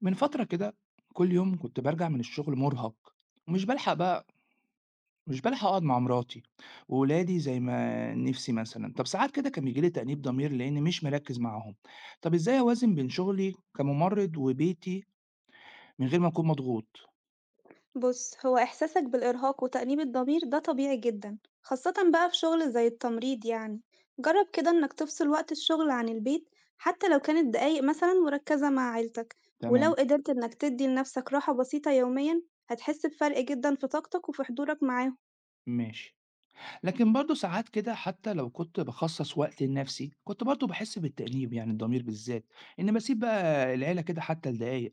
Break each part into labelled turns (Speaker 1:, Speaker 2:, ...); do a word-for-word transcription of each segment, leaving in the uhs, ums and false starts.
Speaker 1: من فترة كده، كل يوم كنت برجع من الشغل مرهق ومش بلحق بقى مش بلحق أقعد مع مراتي وولادي زي ما نفسي مثلا. طب ساعات كده كان بيجيلي تأنيب ضمير لأني مش مركز معاهم. طب إزاي أوازن بين شغلي كممرض وبيتي من غير ما أكون مضغوط؟
Speaker 2: بُص، هو إحساسك بالإرهاق وتأنيب الضمير ده طبيعي جدًا، خاصةً بقى في شغل زي التمريض يعني. جرّب كده إنك تفصل وقت الشغل عن البيت، حتى لو كانت دقايق مثلًا مركّزة مع عيلتك، ولو
Speaker 1: تمام.
Speaker 2: قدرت إنك تدّي لنفسك راحة بسيطة يوميًا، هتحس بفرق جدًا في طاقتك وفي حضورك معاهم.
Speaker 1: ماشي. لكن برضه ساعات كده، حتى لو كنت باخصص وقت لنفسي، كنت برضه باحس بالتأنيب يعني الضمير بالذات، إني باسيب بقى العيلة كده حتى لدقايق.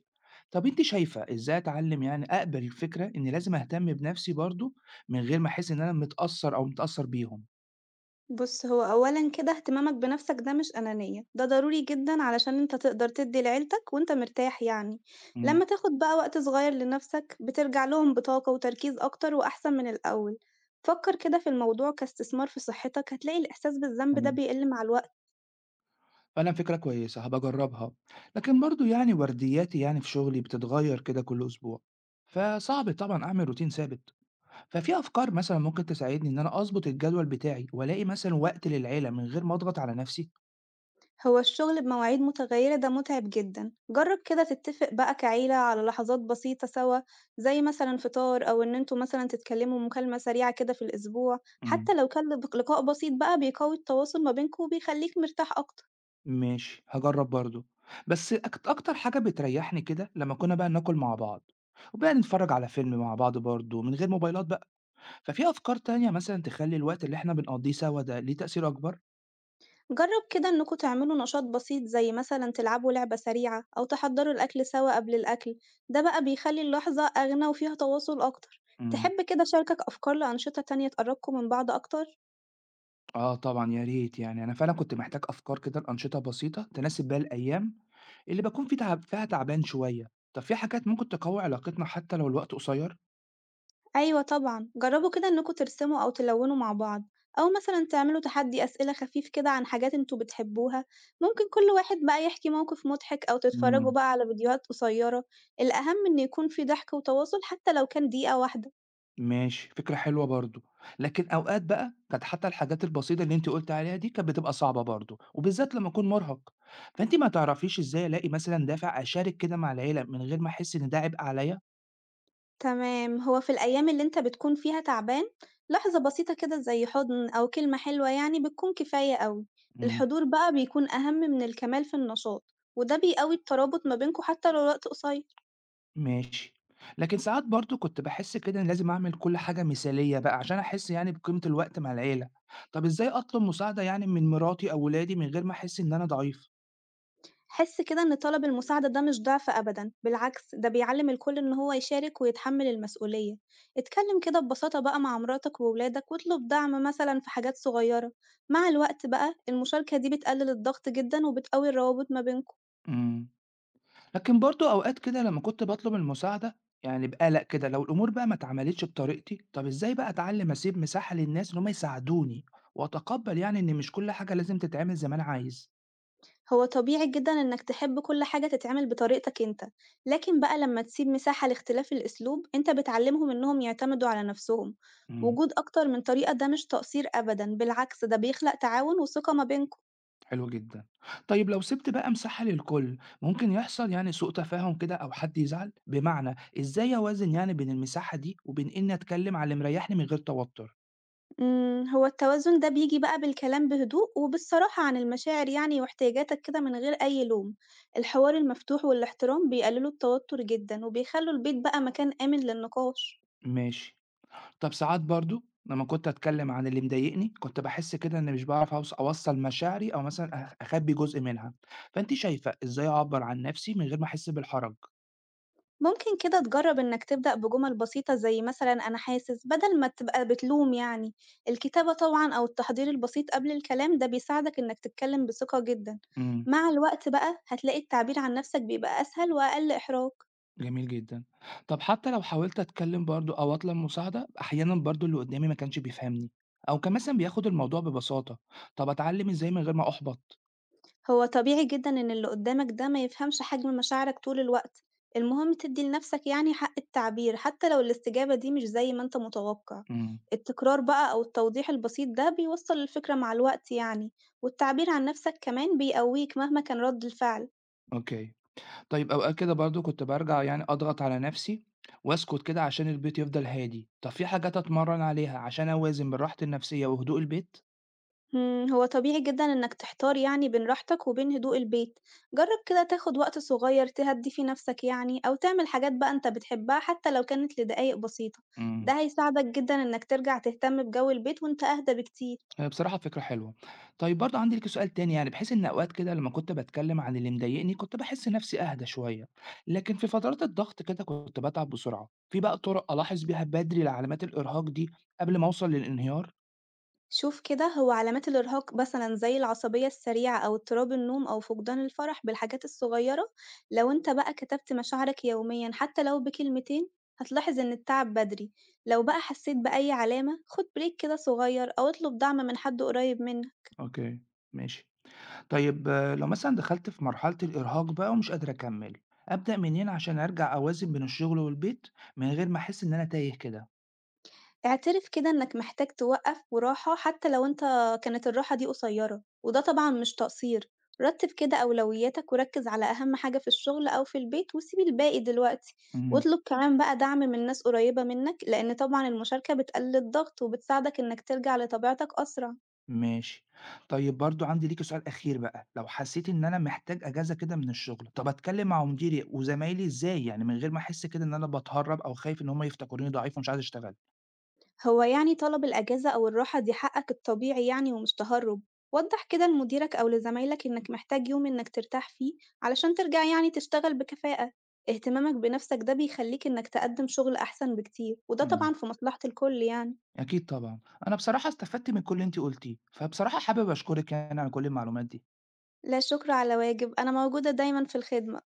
Speaker 1: طب أنتِ شايفة إزاي أتعلم يعني أقبل الفكرة إني لازم أهتم بنفسي برضه من غير ما أحس إن أنا متأثر أو متأثر بيهم؟
Speaker 2: بُص، هو أولًا كده اهتمامك بنَفْسك ده مش أنانية، ده ضروري جدًا علشان أنت تقدر تدّي لعيلتك وأنت مرتاح يعني،
Speaker 1: إمم.
Speaker 2: لمّا تاخد بقى وقت صغير لنَفْسك بترجع لهم بطاقة وتركيز أكتر وأحسن من الأول، فكّر كده في الموضوع كاستثمار في صحتك، هتلاقي الإحساس بالذنب ده
Speaker 1: تمام.
Speaker 2: بيقِل مع الوقت.
Speaker 1: فعلًا فكرة كويسة هابقى أجربها، لكن برضه يعني وردياتي يعني في شغلي بتتغير كده كل أسبوع، فصعب طبعًا أعمل روتين ثابت. ففي أفكار مثلًا ممكن تساعدني إن أنا أضبط الجدول بتاعي وألاقي مثلًا وقت للعيلة من غير ما أضغط على نفسي؟
Speaker 2: هو الشغل بمواعيد متغيرة ده متعب جدًا، جرّب كده تتفق بقى كعيلة على لحظات بسيطة سوا، زي مثلًا فطار أو إن أنتم مثلًا تتكلموا مكالمة سريعة كده في الأسبوع،
Speaker 1: امم.
Speaker 2: حتى لو كان لق لقاء بسيط بقى بيقوي التواصل ما بينكم وبيخليك مرتاح أكتر.
Speaker 1: ماشي، هاجرّب برضه، بس أكت أكتر حاجة بتريحني كده لمّا كنا بقى ناكل مع بعض، وبقى نتفرج على فيلم مع بعض برضه من غير موبايلات بقى. ففي أفكار تانية مثلًا تخلّي الوقت اللي إحنا بنقضيه سوا ده ليه تأثير أكبر؟
Speaker 2: جرّب كده إنكم تعملوا نشاط بسيط زي مثلًا تلعبوا لعبة سريعة أو تحضّروا الأكل سوا قبل الأكل، ده بقى بيخلي اللحظة أغنى وفيها تواصل أكتر.
Speaker 1: امم.
Speaker 2: تحب كده أشاركك أفكار لأنشطة تانية تقرّبكم من بعض أكتر؟
Speaker 1: آه طبعًا يا ريت، يعني أنا فعلًا كنت محتاج أفكار كده لأنشطة بسيطة تناسب بيها الأيام اللي باكون في تعب فيها تعبان شوية. طب في حاجات ممكن تقوي علاقتنا حتى لو الوقت قصير؟
Speaker 2: أيوة طبعًا، جرّبوا كده إنكم ترسموا أو تلوّنوا مع بعض، أو مثلًا تعملوا تحدي أسئلة خفيف كده عن حاجات أنتم بتحبوها، ممكن كل واحد بقى يحكي موقف مضحك أو تتفرّجوا
Speaker 1: إمم.
Speaker 2: بقى على فيديوهات قصيّرة، الأهم إن يكون في ضحك وتواصل حتى لو كان دقيقة واحدة.
Speaker 1: ماشي، فكرة حلوة برضه، لكن أوقات بقى كانت حتى الحاجات البسيطة اللي أنتِ قُلتِ عليها دي كانت بتبقى صعبة برضه، وبالذات لمّا أكون مرهق. فأنتِ ما تعرفيش إزاي ألاقي مثلًا دافع أشارك كده مع العيلة من غير ما أحس إن ده عبء عليَّ؟
Speaker 2: تمام، هو في الأيام اللي أنت بتكون فيها تعبان، لحظة بسيطة كده زي حضن أو كلمة حلوة يعني بتكون كفاية أوي،
Speaker 1: إمم.
Speaker 2: الحضور بقى بيكون أهم من الكمال في النشاط، وده بيقوي الترابط ما بينكم حتى لو الوقت قصيّر.
Speaker 1: ماشي. لكن ساعات برضه كنت باحس كده إن لازم أعمل كل حاجة مثالية بقى عشان أحس يعني بقيمة الوقت مع العيلة. طب إزاي أطلب مساعدة يعني من مراتي أو ولادي من غير ما أحس إن أنا ضعيف؟
Speaker 2: حس كده إن طلب المساعدة ده مش ضعف أبدًا، بالعكس ده بيعلّم الكل إن هو يشارك ويتحمل المسؤولية، اتكلم كده ببساطة بقى مع مراتك وولادك واطلب دعم مثلًا في حاجات صغيرة، مع الوقت بقى المشاركة دي بتقلل الضغط جدًا وبتقوي الروابط ما بينكم،
Speaker 1: إمم. لكن برضه أوقات كده لما كنت باطلب المساعدة يعني بقلق كده لو الأمور بقى ما اتعملتش بطريقتي. طب إزاي بقى أتعلم أسيب مساحة للناس إن هم يساعدوني وأتقبل يعني إن مش كل حاجة لازم تتعمل زي ما أنا عايز؟
Speaker 2: هو طبيعي جدًا إنك تحب كل حاجة تتعمل بطريقتك أنت، لكن بقى لما تسيب مساحة لاختلاف الأسلوب أنت بتعلمهم إنهم يعتمدوا على نفسهم،
Speaker 1: امم.
Speaker 2: وجود أكتر من طريقة ده مش تقصير أبدًا، بالعكس ده بيخلق تعاون وثقة ما بينكم.
Speaker 1: حلو جدا. طيب لو سبت بقى مساحة للكل ممكن يحصل يعني سوء تفاهم كده أو حد يزعل. بمعنى، إزاي أوازن يعني بين المساحة دي وبين إني أتكلم على اللي مريحني من غير توتر؟
Speaker 2: إمم، هو التوازن ده بييجي بقى بالكلام بهدوء وبالصراحة عن المشاعر يعني واحتياجاتك كده من غير أي لوم، الحوار المفتوح والاحترام بيقللوا التوتر جدًا، وبيخلّوا البيت بقى مكان آمن للنقاش.
Speaker 1: ماشي. طَب ساعات برضه لمّا كنت أتكلّم عن اللي مضايقني، كنت باحس كده إنّي مش باعرف أوص أوصّل مشاعري أو مثلًا أخ أخبّي جزء منها. فأنتِ شايفة إزاي أعبّر عن نَفْسي من غير ما أحس بالحرج؟
Speaker 2: ممكن كده تجرّب إنك تبدأ بجمل بسيطة زي مثلًا أنا حاسس، بدل ما تبقى بتلوم يعني، الكتابة طبعًا أو التحضير البسيط قبل الكلام ده بيساعدك إنك تتكلم بثقة جدًا،
Speaker 1: إمم.
Speaker 2: مع الوقت بقى هتلاقي التعبير عن نفسك بيبقى أسهل وأقل إحراج.
Speaker 1: جميل جدًا. طَب حتى لو حاولت أتكلّم برضه أو أطلب مساعدة، أحيانًا برضه اللي قدّامي ما كانش بيفهمني أو كان مثلًا بياخُد الموضوع ببساطة. طَب أتعلّم إزاي من غير ما أُحبط؟
Speaker 2: هو طبيعي جدًا إن اللي قدّامك ده ما يفهمش حجم مشاعرك طول الوقت، المهم تدّي لنفسك يعني حق التعبير حتى لو الاستجابة دي مش زي ما أنت متوقع،
Speaker 1: إمم.
Speaker 2: التكرار بقى أو التوضيح البسيط ده بيوصّل الفكرة مع الوقت يعني، والتعبير عن نفسك كمان بيقوّيك مهما كان رَد الفعل.
Speaker 1: أوكي. طيب أوقات كده برضه كنت بارجع يعني أضغط على نفسي وأسكت كده عشان البيت يفضل هادي. طب في حاجات أتمرن عليها عشان أوازن بين راحتي النفسية وهدوء البيت؟
Speaker 2: إمم، هو طبيعي جدًا إنك تحتار يعني بين راحتك وبين هدوء البيت، جرّب كده تاخد وقت صغير تهدّي فيه نَفْسك يعني، أو تعمل حاجات بقى أنت بتحبها حتى لو كانت لدقايق بسيطة،
Speaker 1: إمم.
Speaker 2: ده هيساعدك جدًا إنك ترجع تهتم بجو البيت وأنت أهدى بكتير.
Speaker 1: هي بصراحة فكرة حلوة. طيب برضه عندي ليكِ سؤال تاني، يعني بحيث إن أوقات كده لمّا كنت باتكلم عن اللي مضايقني كنت باحس نفسي أهدى شوية، لكن في فترات الضغط كده كنت باتعب بسرعة. في بقى طرق ألاحظ بيها بدري علامات الإرهاق دي قبل ما أوصل للانهيار؟
Speaker 2: شوف كده هو علامات الإرهاق مثلا زي العصبية السريعة أو اضطراب النوم أو فقدان الفرح بالحاجات الصغيرة، لو انت بقى كتبت مشاعرك يوميا حتى لو بكلمتين هتلاحظ إن التعب بدري. لو بقى حسيت بأي علامة خد بريك كده صغير أو اطلب دعم من حد قريب منك.
Speaker 1: أوكي، ماشي. طيب آه، لو مثلا دخلت في مرحلة الإرهاق بقى ومش قادر أكمل، أبدأ منين عشان أرجع أوازن بين الشغل والبيت من غير ما أحس إن أنا تايه كده؟
Speaker 2: اعترف كده إنك محتاج توقّف وراحة حتى لو أنت كانت الراحة دي قصيّرة، وده طبعًا مش تقصير. رتّب كده أولوياتك وركّز على أهم حاجة في الشغل أو في البيت وسيب الباقي دلوقتي،
Speaker 1: امم.
Speaker 2: واطلب كمان بقى دعم من ناس قريّبة منّك، لإن طبعًا المشاركة بتقلل الضغط وبتساعدك إنك ترجع لطبيعتك أسرع.
Speaker 1: ماشي. طيب برضو عندي ليك سؤال أخير بقى. لو حسيت إن أنا محتاج أجازة كده من الشغل، طب أتكلم مع مديري وزمايلي إزاي يعني من غير ما أحس كده إن أنا بتهرب أو خايف إن هما يفتكروني ضعيف ومش عايز أشتغل؟
Speaker 2: هو يعني طلب الأجازة أو الراحة دي حقك الطبيعي يعني ومش تهرب. وضح كده لمديرك أو لزمايلك إنك محتاج يوم إنك ترتاح فيه علشان ترجع يعني تشتغل بكفاءة. اهتمامك بنفسك ده بيخليك إنك تقدم شغل أحسن بكتير وده
Speaker 1: امم.
Speaker 2: طبعا في مصلحة الكل يعني.
Speaker 1: أكيد طبعا. أنا بصراحة استفدت من كل اللي أنت قلتيه، فبصراحة حابب أشكرك يعني على كل المعلومات دي.
Speaker 2: لا شكر على واجب، أنا موجودة دايما في الخدمة.